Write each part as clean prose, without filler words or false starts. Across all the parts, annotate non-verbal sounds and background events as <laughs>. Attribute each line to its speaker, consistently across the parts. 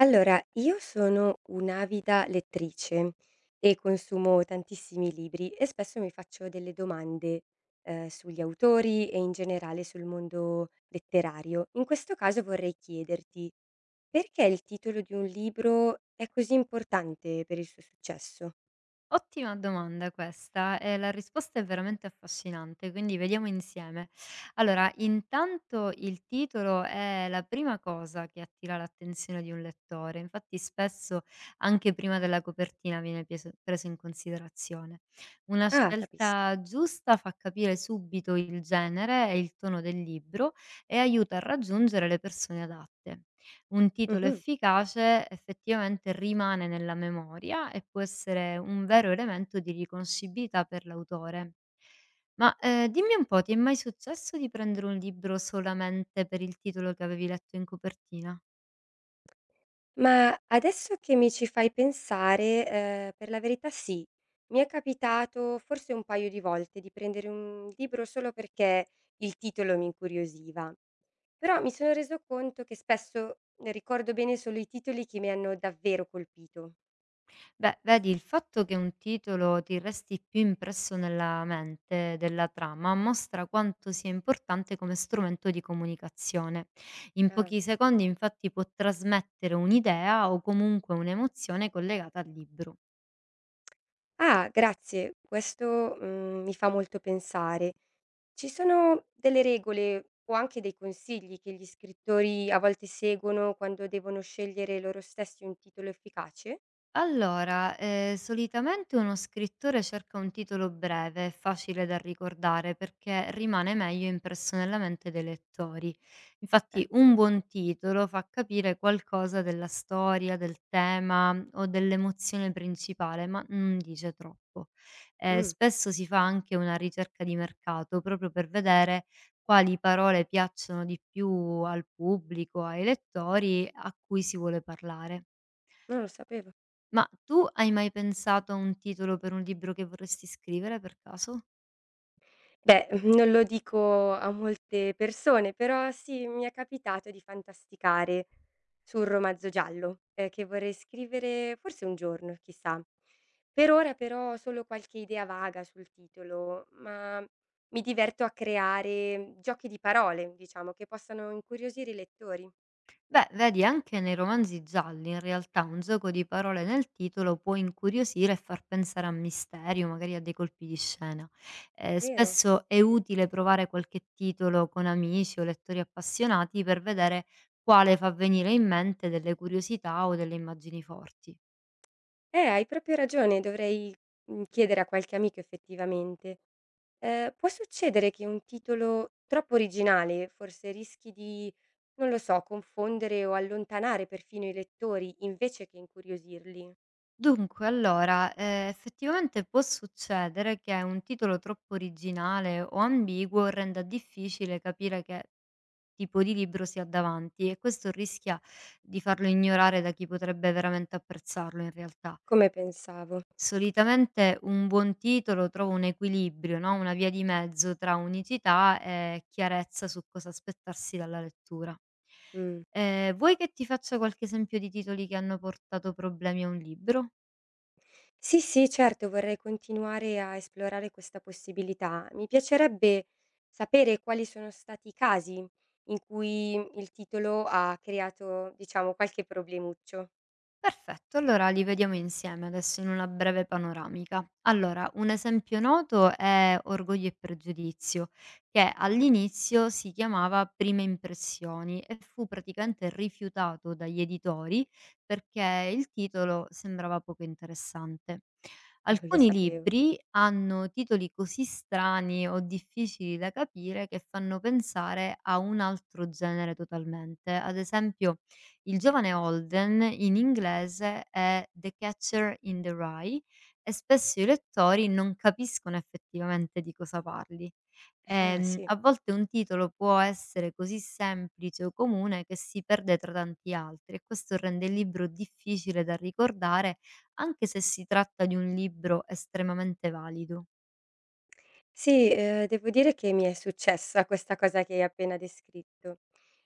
Speaker 1: Allora, io sono un'avida lettrice e consumo tantissimi libri e spesso mi faccio delle domande, sugli autori e in generale sul mondo letterario. In questo caso vorrei chiederti perché il titolo di un libro è così importante per il suo successo?
Speaker 2: Ottima domanda questa e la risposta è veramente affascinante, quindi vediamo insieme. Allora, intanto il titolo è la prima cosa che attira l'attenzione di un lettore, infatti spesso anche prima della copertina viene preso in considerazione. Una
Speaker 1: Ah, capisco.
Speaker 2: scelta giusta fa capire subito il genere e il tono del libro e aiuta a raggiungere le persone adatte. Un titolo
Speaker 1: Mhm.
Speaker 2: efficace effettivamente rimane nella memoria e può essere un vero elemento di riconoscibilità per l'autore. Ma dimmi un po', ti è mai successo di prendere un libro solamente per il titolo che avevi letto in copertina?
Speaker 1: Ma adesso che mi ci fai pensare, per la verità sì. Mi è capitato forse un paio di volte di prendere un libro solo perché il titolo mi incuriosiva, però mi sono reso conto che spesso ricordo bene solo i titoli che mi hanno davvero colpito.
Speaker 2: Beh, vedi, il fatto che un titolo ti resti più impresso nella mente della trama mostra quanto sia importante come strumento di comunicazione. In
Speaker 1: Ah.
Speaker 2: pochi secondi, infatti, può trasmettere un'idea o comunque un'emozione collegata al libro.
Speaker 1: Ah, grazie, questo, mi fa molto pensare. Ci sono delle regole o anche dei consigli che gli scrittori a volte seguono quando devono scegliere loro stessi un titolo efficace?
Speaker 2: Allora, solitamente uno scrittore cerca un titolo breve e facile da ricordare perché rimane meglio impresso nella mente dei lettori. Infatti,
Speaker 1: Ecco.
Speaker 2: un buon titolo fa capire qualcosa della storia, del tema o dell'emozione principale, ma non dice troppo.
Speaker 1: Mh,
Speaker 2: Spesso si fa anche una ricerca di mercato proprio per vedere quali parole piacciono di più al pubblico, ai lettori a cui si vuole parlare.
Speaker 1: non lo sapevo.
Speaker 2: Ma tu hai mai pensato a un titolo per un libro che vorresti scrivere per caso?
Speaker 1: Beh, <laughs> non lo dico a molte persone, però sì, mi è capitato di fantasticare su un romanzo giallo, che vorrei scrivere forse un giorno, chissà. Per ora però ho solo qualche idea vaga sul titolo, ma mi diverto a creare giochi di parole, diciamo, che possano incuriosire i lettori.
Speaker 2: Beh, vedi, anche nei romanzi gialli in realtà un gioco di parole nel titolo può incuriosire e far pensare a mistero, magari a dei colpi di scena.
Speaker 1: Vero.
Speaker 2: Spesso è utile provare qualche titolo con amici o lettori appassionati per vedere quale fa venire in mente delle curiosità o delle immagini forti.
Speaker 1: Hai proprio ragione, dovrei, chiedere a qualche amico effettivamente. Può succedere che un titolo troppo originale, forse rischi di, non lo so, confondere o allontanare perfino i lettori invece che incuriosirli,
Speaker 2: Dunque, allora, effettivamente può succedere che un titolo troppo originale o ambiguo renda difficile capire che tipo di libro si ha davanti e questo rischia di farlo ignorare da chi potrebbe veramente apprezzarlo in realtà.
Speaker 1: come pensavo.
Speaker 2: Solitamente un buon titolo trova un equilibrio, no, una via di mezzo tra unicità e chiarezza su cosa aspettarsi dalla lettura.
Speaker 1: Mh.
Speaker 2: Vuoi che ti faccia qualche esempio di titoli che hanno portato problemi a un libro?
Speaker 1: Sì, sì, certo, vorrei continuare a esplorare questa possibilità. Mi piacerebbe sapere quali sono stati i casi in cui il titolo ha creato, diciamo, qualche problemuccio.
Speaker 2: Perfetto, allora li vediamo insieme adesso in una breve panoramica. Allora, un esempio noto è Orgoglio e pregiudizio, che
Speaker 1: Mh,
Speaker 2: all'inizio si chiamava Prime impressioni e fu praticamente rifiutato dagli editori perché il titolo sembrava poco interessante.
Speaker 1: non lo
Speaker 2: Alcuni
Speaker 1: sapevo.
Speaker 2: libri hanno titoli così strani o difficili da capire che fanno pensare a un altro genere totalmente. Ad esempio, il giovane Holden in inglese è The Catcher in the Rye e spesso i lettori non capiscono effettivamente di cosa parli.
Speaker 1: Ah, sì.
Speaker 2: A volte un titolo può essere così semplice o comune che si perde tra tanti altri e questo rende il libro difficile da ricordare anche se si tratta di un libro estremamente valido.
Speaker 1: Sì, devo dire che mi è successa questa cosa che hai appena descritto.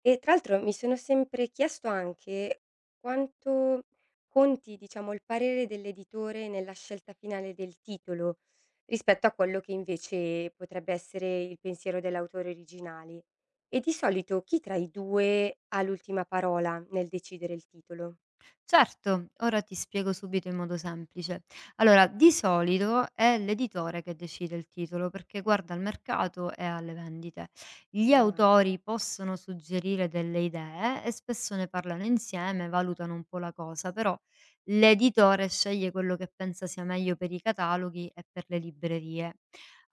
Speaker 1: E tra l'altro mi sono sempre chiesto anche quanto conti, diciamo, il parere dell'editore nella scelta finale del titolo, rispetto a quello che invece potrebbe essere il pensiero dell'autore originale. E di solito chi tra i 2 ha l'ultima parola nel decidere il titolo?
Speaker 2: Certo, ora ti spiego subito in modo semplice. Allora, di solito è l'editore che decide il titolo perché guarda al mercato e alle vendite. Gli
Speaker 1: Ah,
Speaker 2: autori possono suggerire delle idee e spesso ne parlano insieme, valutano un po' la cosa, però l'editore sceglie quello che pensa sia meglio per i cataloghi e per le librerie.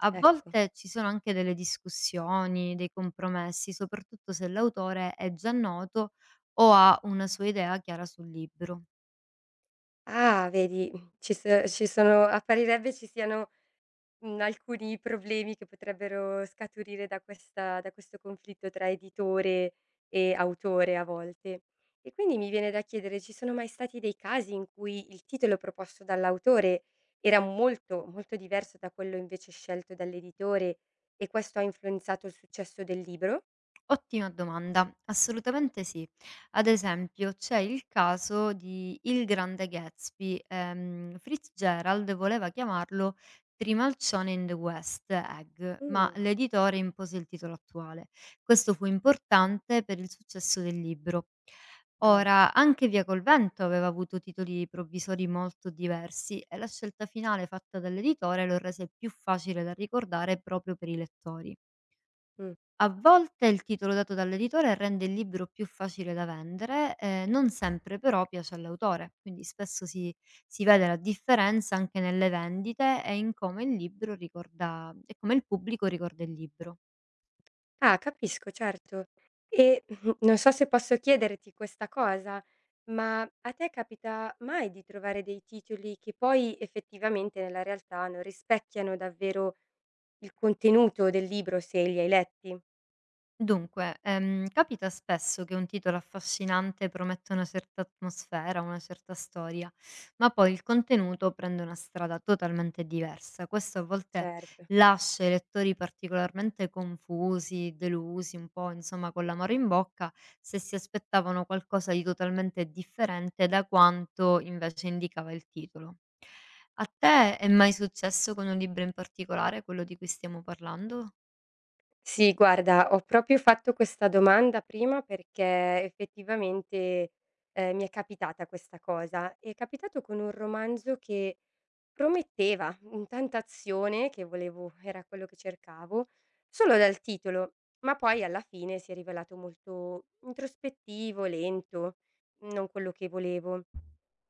Speaker 2: A
Speaker 1: ecco.
Speaker 2: volte ci sono anche delle discussioni, dei compromessi, soprattutto se l'autore è già noto o ha una sua idea chiara sul libro.
Speaker 1: Ah, vedi, ci so ci sono apparirebbe ci siano alcuni problemi che potrebbero scaturire da questa da questo conflitto tra editore e autore a volte. E quindi mi viene da chiedere: ci sono mai stati dei casi in cui il titolo proposto dall'autore era molto, molto diverso da quello invece scelto dall'editore e questo ha influenzato il successo del libro?
Speaker 2: Ottima domanda, assolutamente sì. Ad esempio, c'è il caso di Il Grande Gatsby, Fitzgerald voleva chiamarlo Trimalcione in the West Egg, ma
Speaker 1: Mh.
Speaker 2: l'editore impose il titolo attuale. Questo fu importante per il successo del libro.
Speaker 1: Ah.
Speaker 2: Ora, anche Via col vento aveva avuto titoli provvisori molto diversi e la scelta finale fatta dall'editore lo rese più facile da ricordare proprio per i lettori.
Speaker 1: Mhm.
Speaker 2: A volte il titolo dato dall'editore rende il libro più facile da vendere, non sempre però piace all'autore, quindi spesso si vede la differenza anche nelle vendite e in come il libro ricorda e come il pubblico ricorda il libro.
Speaker 1: Ah, capisco, certo. E <laughs> non so se posso chiederti questa cosa, ma a te capita mai di trovare dei titoli che poi effettivamente nella realtà non rispecchiano davvero il contenuto del libro se li hai letti?
Speaker 2: Dunque, capita spesso che un titolo affascinante prometta una certa atmosfera, una certa storia, ma poi il contenuto prende una strada totalmente diversa. Questo a volte
Speaker 1: Certo.
Speaker 2: lascia i lettori particolarmente confusi, delusi, un po' insomma con l'amaro in bocca, se si aspettavano qualcosa di totalmente differente da quanto invece indicava il titolo. A te è mai successo con un libro in particolare, quello di cui stiamo parlando?
Speaker 1: Sì, guarda, ho proprio fatto questa domanda prima perché effettivamente, mi è capitata questa cosa. È capitato con un romanzo che prometteva un tentazione che volevo era quello che cercavo, solo dal titolo, ma poi alla fine si è rivelato molto introspettivo, lento, non quello che volevo.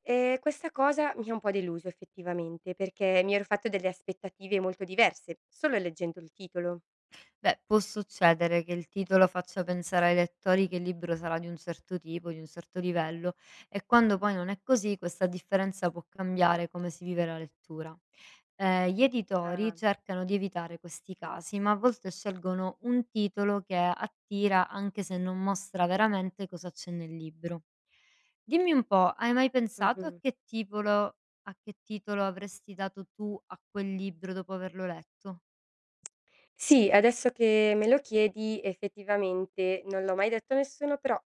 Speaker 1: E questa cosa mi ha un po' deluso effettivamente, perché mi ero fatto delle aspettative molto diverse, solo leggendo il titolo.
Speaker 2: Beh, può succedere che il titolo faccia pensare ai lettori che il libro sarà di un certo tipo, di un certo livello, e quando poi non è così, questa differenza può cambiare come si vive la lettura. Gli editori
Speaker 1: Ah,
Speaker 2: cercano di evitare questi casi, ma a volte scelgono un titolo che attira anche se non mostra veramente cosa c'è nel libro. Dimmi un po', hai mai pensato
Speaker 1: mh-mh.
Speaker 2: a che titolo avresti dato tu a quel libro dopo averlo letto?
Speaker 1: Sì, adesso che me lo chiedi effettivamente non l'ho mai detto a nessuno, però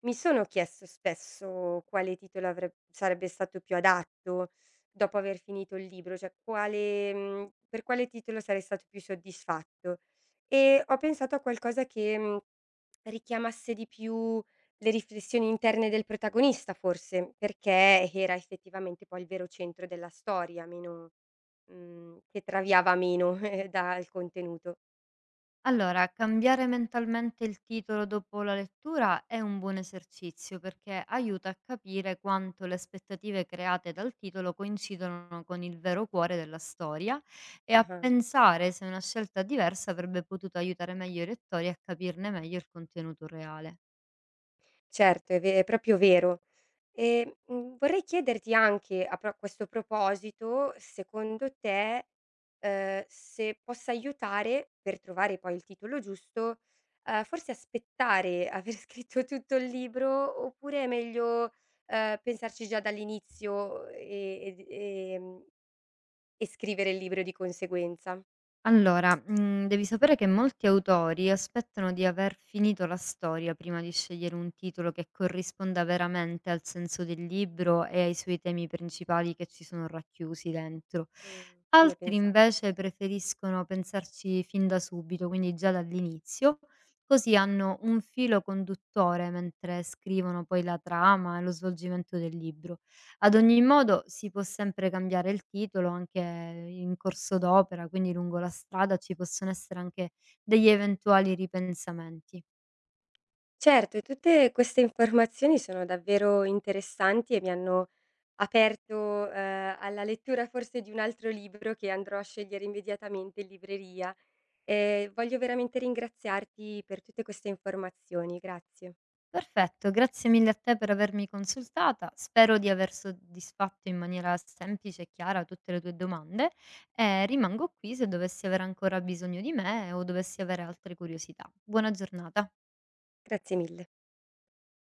Speaker 1: mi sono chiesto spesso quale titolo avreb sarebbe stato più adatto dopo aver finito il libro, cioè quale per quale titolo sarei stato più soddisfatto. E ho pensato a qualcosa che, richiamasse di più le riflessioni interne del protagonista forse, perché era effettivamente poi il vero centro della storia, meno che traviava meno <laughs> dal contenuto.
Speaker 2: Allora, cambiare mentalmente il titolo dopo la lettura è un buon esercizio perché aiuta a capire quanto le aspettative create dal titolo coincidono con il vero cuore della storia e a
Speaker 1: Ah-ah.
Speaker 2: pensare se una scelta diversa avrebbe potuto aiutare meglio i lettori a capirne meglio il contenuto reale.
Speaker 1: Certo, è proprio vero. E, vorrei chiederti anche a pro questo proposito, secondo te, se possa aiutare, per trovare poi il titolo giusto, forse aspettare aver <laughs> scritto tutto il libro, oppure è meglio, pensarci già dall'inizio ed e scrivere il libro di conseguenza?
Speaker 2: Allora, devi sapere che molti autori aspettano di aver finito la storia prima di scegliere un titolo che corrisponda veramente al senso del libro e ai suoi temi principali che ci sono racchiusi dentro.
Speaker 1: Mhmm, come
Speaker 2: Altri
Speaker 1: pensavo.
Speaker 2: invece preferiscono pensarci fin da subito, quindi già dall'inizio, così hanno un filo conduttore mentre scrivono poi la trama e lo svolgimento del libro. Ad ogni modo si può sempre cambiare il titolo anche in corso d'opera, quindi lungo la strada ci possono essere anche degli eventuali ripensamenti.
Speaker 1: Certo, e tutte queste informazioni sono davvero interessanti e mi hanno aperto, alla lettura forse di un altro libro che andrò a scegliere immediatamente in libreria. Voglio veramente ringraziarti per tutte queste informazioni. Grazie.
Speaker 2: Perfetto, grazie mille a te per avermi consultata. Spero di aver soddisfatto in maniera semplice e chiara tutte le tue domande e rimango qui se dovessi avere ancora bisogno di me o dovessi avere altre curiosità. Buona giornata.
Speaker 1: Grazie mille.